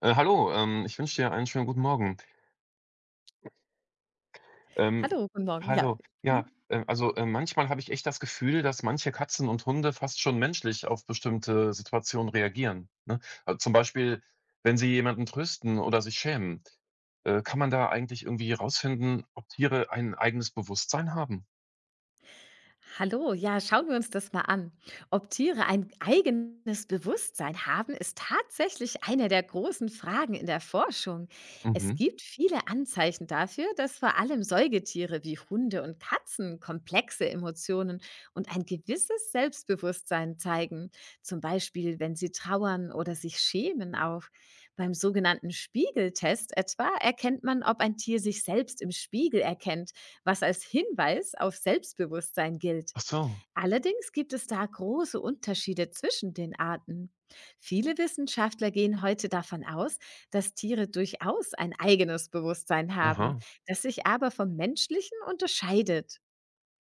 Hallo, ich wünsche dir einen schönen guten Morgen. Ähm, Hallo, guten Morgen. Ja. hallo, ja, also manchmal habe ich echt das Gefühl, dass manche Katzen und Hunde fast schon menschlich auf bestimmte Situationen reagieren. Ne? Also zum Beispiel, wenn sie jemanden trösten oder sich schämen. Kann man da eigentlich irgendwie herausfinden, ob Tiere ein eigenes Bewusstsein haben? Hallo, ja, schauen wir uns das mal an. Ob Tiere ein eigenes Bewusstsein haben, ist tatsächlich eine der großen Fragen in der Forschung. Es Mhm. gibt viele Anzeichen dafür, dass vor allem Säugetiere wie Hunde und Katzen komplexe Emotionen und ein gewisses Selbstbewusstsein zeigen. Zum Beispiel, wenn sie trauern oder sich schämen auch. Beim sogenannten Spiegeltest etwa erkennt man, ob ein Tier sich selbst im Spiegel erkennt, was als Hinweis auf Selbstbewusstsein gilt. Ach so. Allerdings gibt es da große Unterschiede zwischen den Arten. Viele Wissenschaftler gehen heute davon aus, dass Tiere durchaus ein eigenes Bewusstsein haben, Aha. das sich aber vom menschlichen unterscheidet.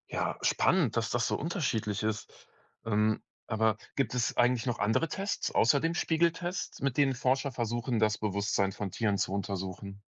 Ja, spannend, dass das so unterschiedlich ist. Ähm, aber gibt es eigentlich noch andere Tests außer dem Spiegeltest, mit denen Forscher versuchen, das Bewusstsein von Tieren zu untersuchen?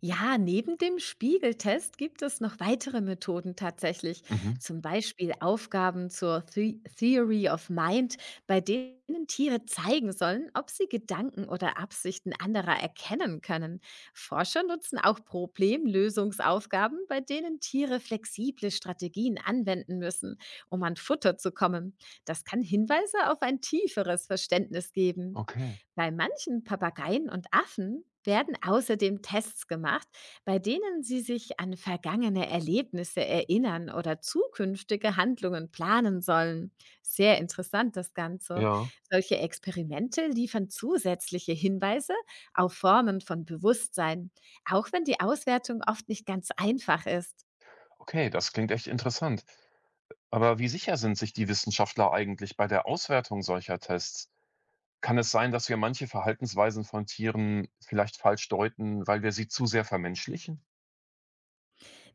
Ja, neben dem Spiegeltest gibt es noch weitere Methoden tatsächlich, Mhm, zum Beispiel Aufgaben zur Theory of Mind, bei denen Tiere zeigen sollen, ob sie Gedanken oder Absichten anderer erkennen können. Forscher nutzen auch Problemlösungsaufgaben, bei denen Tiere flexible Strategien anwenden müssen, um an Futter zu kommen. Das kann Hinweise auf ein tieferes Verständnis geben. okay. Bei manchen Papageien und Affen werden außerdem Tests gemacht, bei denen sie sich an vergangene Erlebnisse erinnern oder zukünftige Handlungen planen sollen. Sehr interessant das Ganze. Ja. Solche Experimente liefern zusätzliche Hinweise auf Formen von Bewusstsein, auch wenn die Auswertung oft nicht ganz einfach ist. Okay, das klingt echt interessant. Aber wie sicher sind sich die Wissenschaftler eigentlich bei der Auswertung solcher Tests? Kann es sein, dass wir manche Verhaltensweisen von Tieren vielleicht falsch deuten, weil wir sie zu sehr vermenschlichen?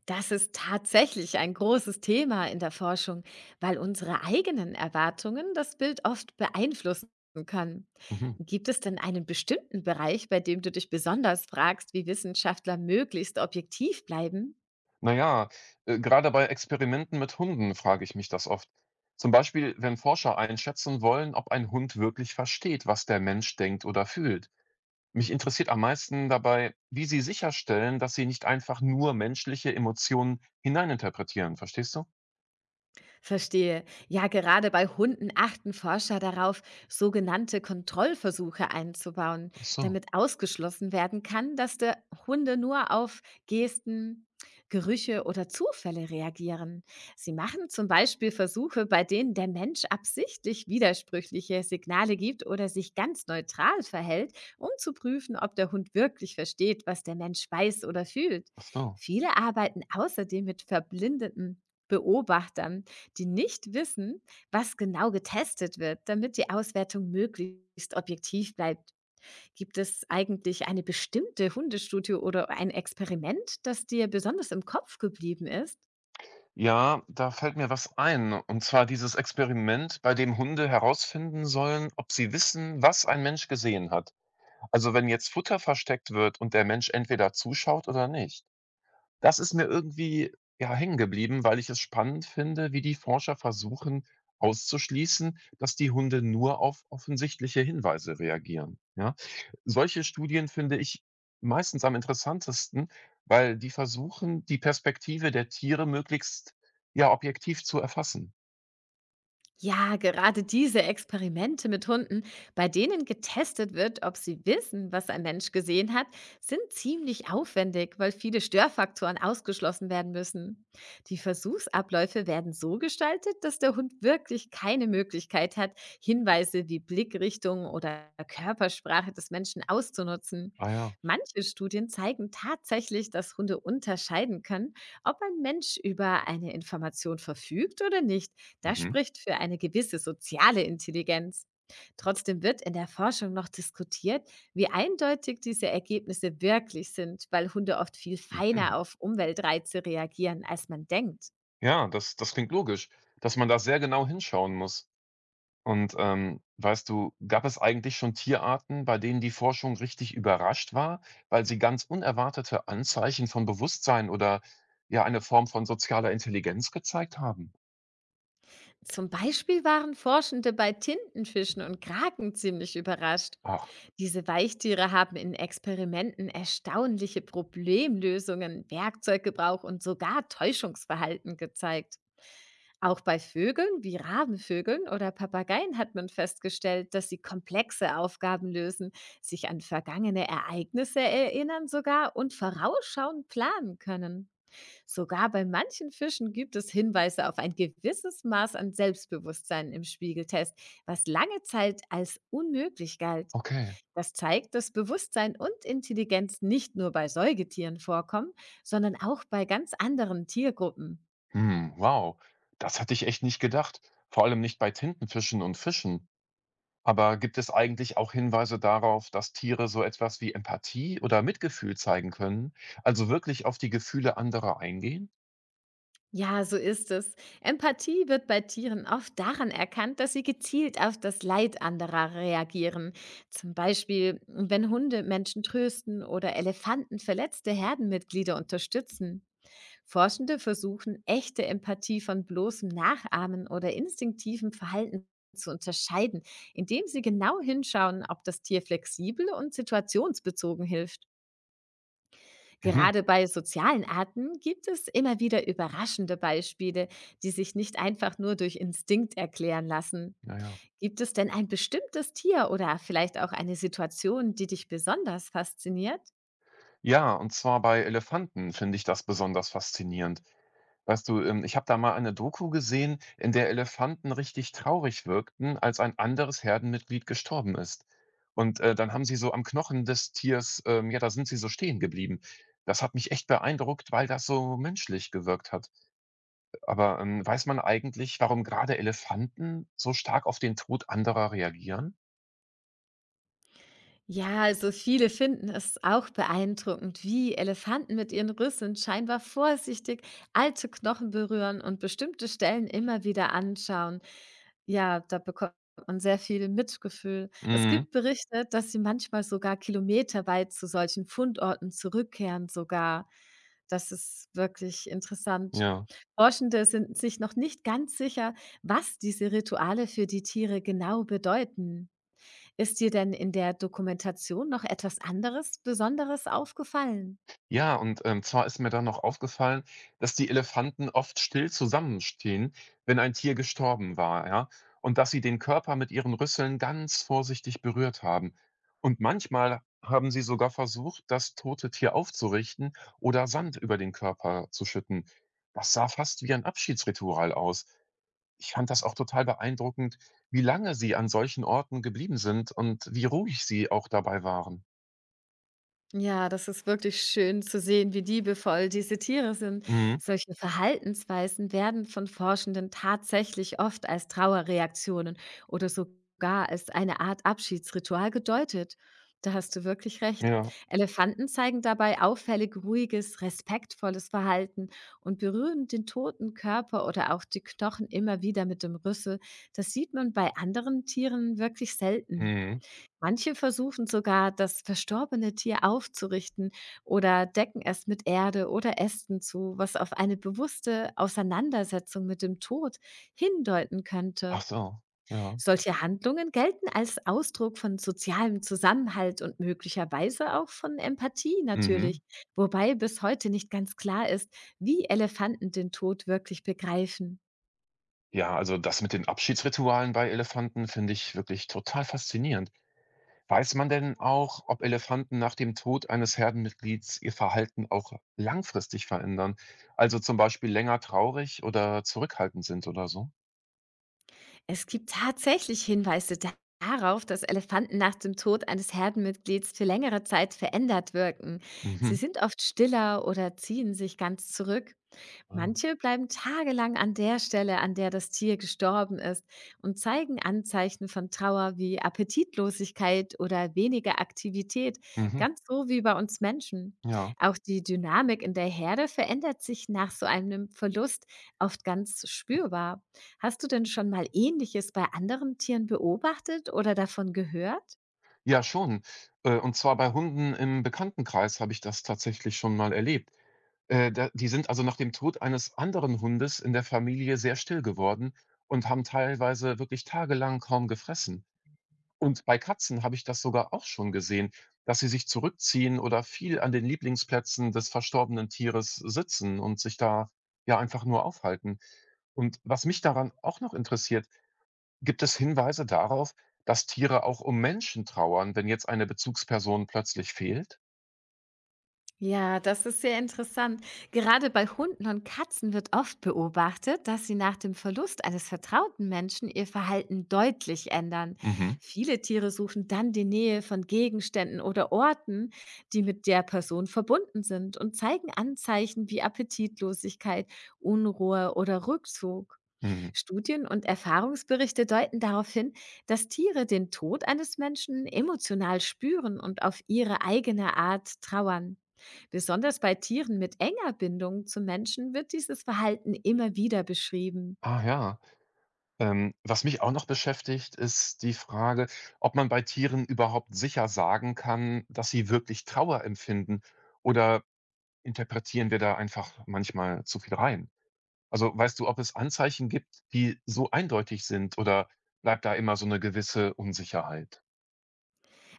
Das ist tatsächlich ein großes Thema in der Forschung, weil unsere eigenen Erwartungen das Bild oft beeinflussen können. Mhm. Gibt es denn einen bestimmten Bereich, bei dem du dich besonders fragst, wie Wissenschaftler möglichst objektiv bleiben? Naja, gerade bei Experimenten mit Hunden frage ich mich das oft. Zum Beispiel, wenn Forscher einschätzen wollen, ob ein Hund wirklich versteht, was der Mensch denkt oder fühlt. Mich interessiert am meisten dabei, wie sie sicherstellen, dass sie nicht einfach nur menschliche Emotionen hineininterpretieren. Verstehst du? Verstehe. Ja, gerade bei Hunden achten Forscher darauf, sogenannte Kontrollversuche einzubauen, Ach so. damit ausgeschlossen werden kann, dass der Hunde nur auf Gesten, Gerüche oder Zufälle reagieren. Sie machen zum Beispiel Versuche, bei denen der Mensch absichtlich widersprüchliche Signale gibt oder sich ganz neutral verhält, um zu prüfen, ob der Hund wirklich versteht, was der Mensch weiß oder fühlt. Ach so. Viele arbeiten außerdem mit verblindeten Beobachtern, die nicht wissen, was genau getestet wird, damit die Auswertung möglichst objektiv bleibt. Gibt es eigentlich eine bestimmte Hundestudio oder ein Experiment, das dir besonders im Kopf geblieben ist? Ja, da fällt mir was ein. Und zwar dieses Experiment, bei dem Hunde herausfinden sollen, ob sie wissen, was ein Mensch gesehen hat. Also wenn jetzt Futter versteckt wird und der Mensch entweder zuschaut oder nicht. Das ist mir irgendwie, ja, hängen geblieben, weil ich es spannend finde, wie die Forscher versuchen auszuschließen, dass die Hunde nur auf offensichtliche Hinweise reagieren, ja? Solche Studien finde ich meistens am interessantesten, weil die versuchen, die Perspektive der Tiere möglichst, ja, objektiv zu erfassen. Ja, gerade diese Experimente mit Hunden, bei denen getestet wird, ob sie wissen, was ein Mensch gesehen hat, sind ziemlich aufwendig, weil viele Störfaktoren ausgeschlossen werden müssen. Die Versuchsabläufe werden so gestaltet, dass der Hund wirklich keine Möglichkeit hat, Hinweise wie Blickrichtung oder Körpersprache des Menschen auszunutzen. Ah ja. Manche Studien zeigen tatsächlich, dass Hunde unterscheiden können, ob ein Mensch über eine Information verfügt oder nicht, das Mhm, spricht für eine gewisse soziale Intelligenz. Trotzdem wird in der Forschung noch diskutiert, wie eindeutig diese Ergebnisse wirklich sind, weil Hunde oft viel mhm. feiner auf Umweltreize reagieren, als man denkt. Ja, das klingt logisch, dass man da sehr genau hinschauen muss. Und, weißt du, gab es eigentlich schon Tierarten, bei denen die Forschung richtig überrascht war, weil sie ganz unerwartete Anzeichen von Bewusstsein oder ja eine Form von sozialer Intelligenz gezeigt haben? Zum Beispiel waren Forschende bei Tintenfischen und Kraken ziemlich überrascht. Ach, Diese Weichtiere haben in Experimenten erstaunliche Problemlösungen, Werkzeuggebrauch und sogar Täuschungsverhalten gezeigt. Auch bei Vögeln wie Rabenvögeln oder Papageien hat man festgestellt, dass sie komplexe Aufgaben lösen, sich an vergangene Ereignisse erinnern sogar und vorausschauend planen können. Sogar bei manchen Fischen gibt es Hinweise auf ein gewisses Maß an Selbstbewusstsein im Spiegeltest, was lange Zeit als unmöglich galt. okay. Das zeigt, dass Bewusstsein und Intelligenz nicht nur bei Säugetieren vorkommen, sondern auch bei ganz anderen Tiergruppen. Hm, wow. Das hatte ich echt nicht gedacht. Vor allem nicht bei Tintenfischen und Fischen. Aber gibt es eigentlich auch Hinweise darauf, dass Tiere so etwas wie Empathie oder Mitgefühl zeigen können, also wirklich auf die Gefühle anderer eingehen? Ja, so ist es. Empathie wird bei Tieren oft daran erkannt, dass sie gezielt auf das Leid anderer reagieren. Zum Beispiel, wenn Hunde Menschen trösten oder Elefanten verletzte Herdenmitglieder unterstützen. Forschende versuchen, echte Empathie von bloßem Nachahmen oder instinktivem Verhalten zu unterscheiden, indem sie genau hinschauen, ob das Tier flexibel und situationsbezogen hilft. Mhm. Gerade bei sozialen Arten gibt es immer wieder überraschende Beispiele, die sich nicht einfach nur durch Instinkt erklären lassen. Ja, ja. Gibt es denn ein bestimmtes Tier oder vielleicht auch eine Situation, die dich besonders fasziniert? Ja, und zwar bei Elefanten finde ich das besonders faszinierend. Weißt du, ich habe da mal eine Doku gesehen, in der Elefanten richtig traurig wirkten, als ein anderes Herdenmitglied gestorben ist. Und dann haben sie so am Knochen des Tiers, ja, da sind sie so stehen geblieben. Das hat mich echt beeindruckt, weil das so menschlich gewirkt hat. Aber weiß man eigentlich, warum gerade Elefanten so stark auf den Tod anderer reagieren? Ja, also viele finden es auch beeindruckend, wie Elefanten mit ihren Rüsseln scheinbar vorsichtig alte Knochen berühren und bestimmte Stellen immer wieder anschauen. Ja, da bekommt man sehr viel Mitgefühl. Es Mhm, gibt Berichte, dass sie manchmal sogar kilometerweit zu solchen Fundorten zurückkehren sogar. Das ist wirklich interessant. ja. Forschende sind sich noch nicht ganz sicher, was diese Rituale für die Tiere genau bedeuten. Ist dir denn in der Dokumentation noch etwas anderes Besonderes aufgefallen? Ja, und, zwar ist mir dann noch aufgefallen, dass die Elefanten oft still zusammenstehen, wenn ein Tier gestorben war, ja, und dass sie den Körper mit ihren Rüsseln ganz vorsichtig berührt haben. Und manchmal haben sie sogar versucht, das tote Tier aufzurichten oder Sand über den Körper zu schütten. Das sah fast wie ein Abschiedsritual aus. Ich fand das auch total beeindruckend, wie lange sie an solchen Orten geblieben sind und wie ruhig sie auch dabei waren. Ja, das ist wirklich schön zu sehen, wie liebevoll diese Tiere sind. Mhm. Solche Verhaltensweisen werden von Forschenden tatsächlich oft als Trauerreaktionen oder sogar als eine Art Abschiedsritual gedeutet. Da hast du wirklich recht. Ja. Elefanten zeigen dabei auffällig ruhiges, respektvolles Verhalten und berühren den toten Körper oder auch die Knochen immer wieder mit dem Rüssel. Das sieht man bei anderen Tieren wirklich selten. Mhm. Manche versuchen sogar, das verstorbene Tier aufzurichten oder decken es mit Erde oder Ästen zu, was auf eine bewusste Auseinandersetzung mit dem Tod hindeuten Ach könnte. so, ja. Solche Handlungen gelten als Ausdruck von sozialem Zusammenhalt und möglicherweise auch von Empathie Mhm. natürlich, wobei bis heute nicht ganz klar ist, wie Elefanten den Tod wirklich begreifen. Ja, also das mit den Abschiedsritualen bei Elefanten finde ich wirklich total faszinierend. Weiß man denn auch, ob Elefanten nach dem Tod eines Herdenmitglieds ihr Verhalten auch langfristig verändern? Also zum Beispiel länger traurig oder zurückhaltend sind oder so? Es gibt tatsächlich Hinweise darauf, dass Elefanten nach dem Tod eines Herdenmitglieds für längere Zeit verändert wirken. Mhm. Sie sind oft stiller oder ziehen sich ganz zurück. Ah. Manche bleiben tagelang an der Stelle, an der das Tier gestorben ist und zeigen Anzeichen von Trauer wie Appetitlosigkeit oder weniger Aktivität, Mhm. ganz so wie bei uns Menschen. Ja. Auch die Dynamik in der Herde verändert sich nach so einem Verlust oft ganz spürbar. Hast du denn schon mal ähnliches bei anderen Tieren beobachtet oder davon gehört? Ja, schon. Und zwar bei Hunden im Bekanntenkreis habe ich das tatsächlich schon mal erlebt. Da die sind also nach dem Tod eines anderen Hundes in der Familie sehr still geworden und haben teilweise wirklich tagelang kaum gefressen. Und bei Katzen habe ich das sogar auch schon gesehen, dass sie sich zurückziehen oder viel an den Lieblingsplätzen des verstorbenen Tieres sitzen und sich da, ja, einfach nur aufhalten. Und was mich daran auch noch interessiert, gibt es Hinweise darauf, dass Tiere auch um Menschen trauern, wenn jetzt eine Bezugsperson plötzlich fehlt? Ja, das ist sehr interessant. Gerade bei Hunden und Katzen wird oft beobachtet, dass sie nach dem Verlust eines vertrauten Menschen ihr Verhalten deutlich ändern. Mhm, Viele Tiere suchen dann die Nähe von Gegenständen oder Orten, die mit der Person verbunden sind, und zeigen Anzeichen wie Appetitlosigkeit, Unruhe oder Rückzug. mhm. Studien und Erfahrungsberichte deuten darauf hin, dass Tiere den Tod eines Menschen emotional spüren und auf ihre eigene Art trauern. Besonders bei Tieren mit enger Bindung zu Menschen wird dieses Verhalten immer wieder beschrieben. Ah ja. Was mich auch noch beschäftigt, ist die Frage, ob man bei Tieren überhaupt sicher sagen kann, dass sie wirklich Trauer empfinden oder interpretieren wir da einfach manchmal zu viel rein? Also weißt du, ob es Anzeichen gibt, die so eindeutig sind oder bleibt da immer so eine gewisse Unsicherheit?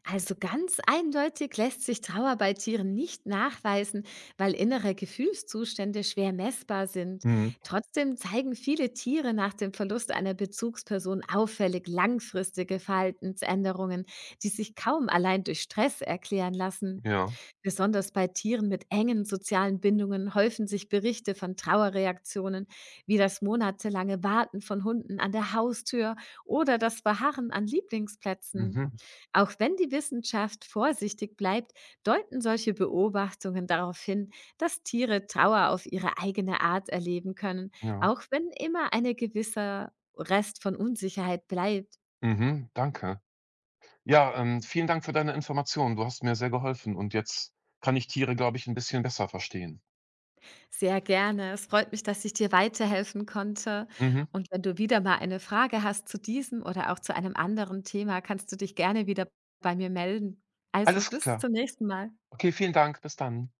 Also ganz eindeutig lässt sich Trauer bei Tieren nicht nachweisen, weil innere Gefühlszustände schwer messbar sind. Mhm. Trotzdem zeigen viele Tiere nach dem Verlust einer Bezugsperson auffällig langfristige Verhaltensänderungen, die sich kaum allein durch Stress erklären lassen. Ja. Besonders bei Tieren mit engen sozialen Bindungen häufen sich Berichte von Trauerreaktionen, wie das monatelange Warten von Hunden an der Haustür oder das Verharren an Lieblingsplätzen. Mhm. Auch wenn die Wissenschaft vorsichtig bleibt, deuten solche Beobachtungen darauf hin, dass Tiere Trauer auf ihre eigene Art erleben können, Ja. auch wenn immer eine gewisse Rest von Unsicherheit bleibt. Mhm. Danke. Ja, vielen Dank für deine Informationen. Du hast mir sehr geholfen und jetzt kann ich Tiere, glaube ich, ein bisschen besser verstehen. Sehr gerne. Es freut mich, dass ich dir weiterhelfen konnte. Mhm. Und wenn du wieder mal eine Frage hast zu diesem oder auch zu einem anderen Thema, kannst du dich gerne wieder bei mir melden. Also Alles bis klar. zum nächsten Mal. Okay, vielen Dank. Bis dann.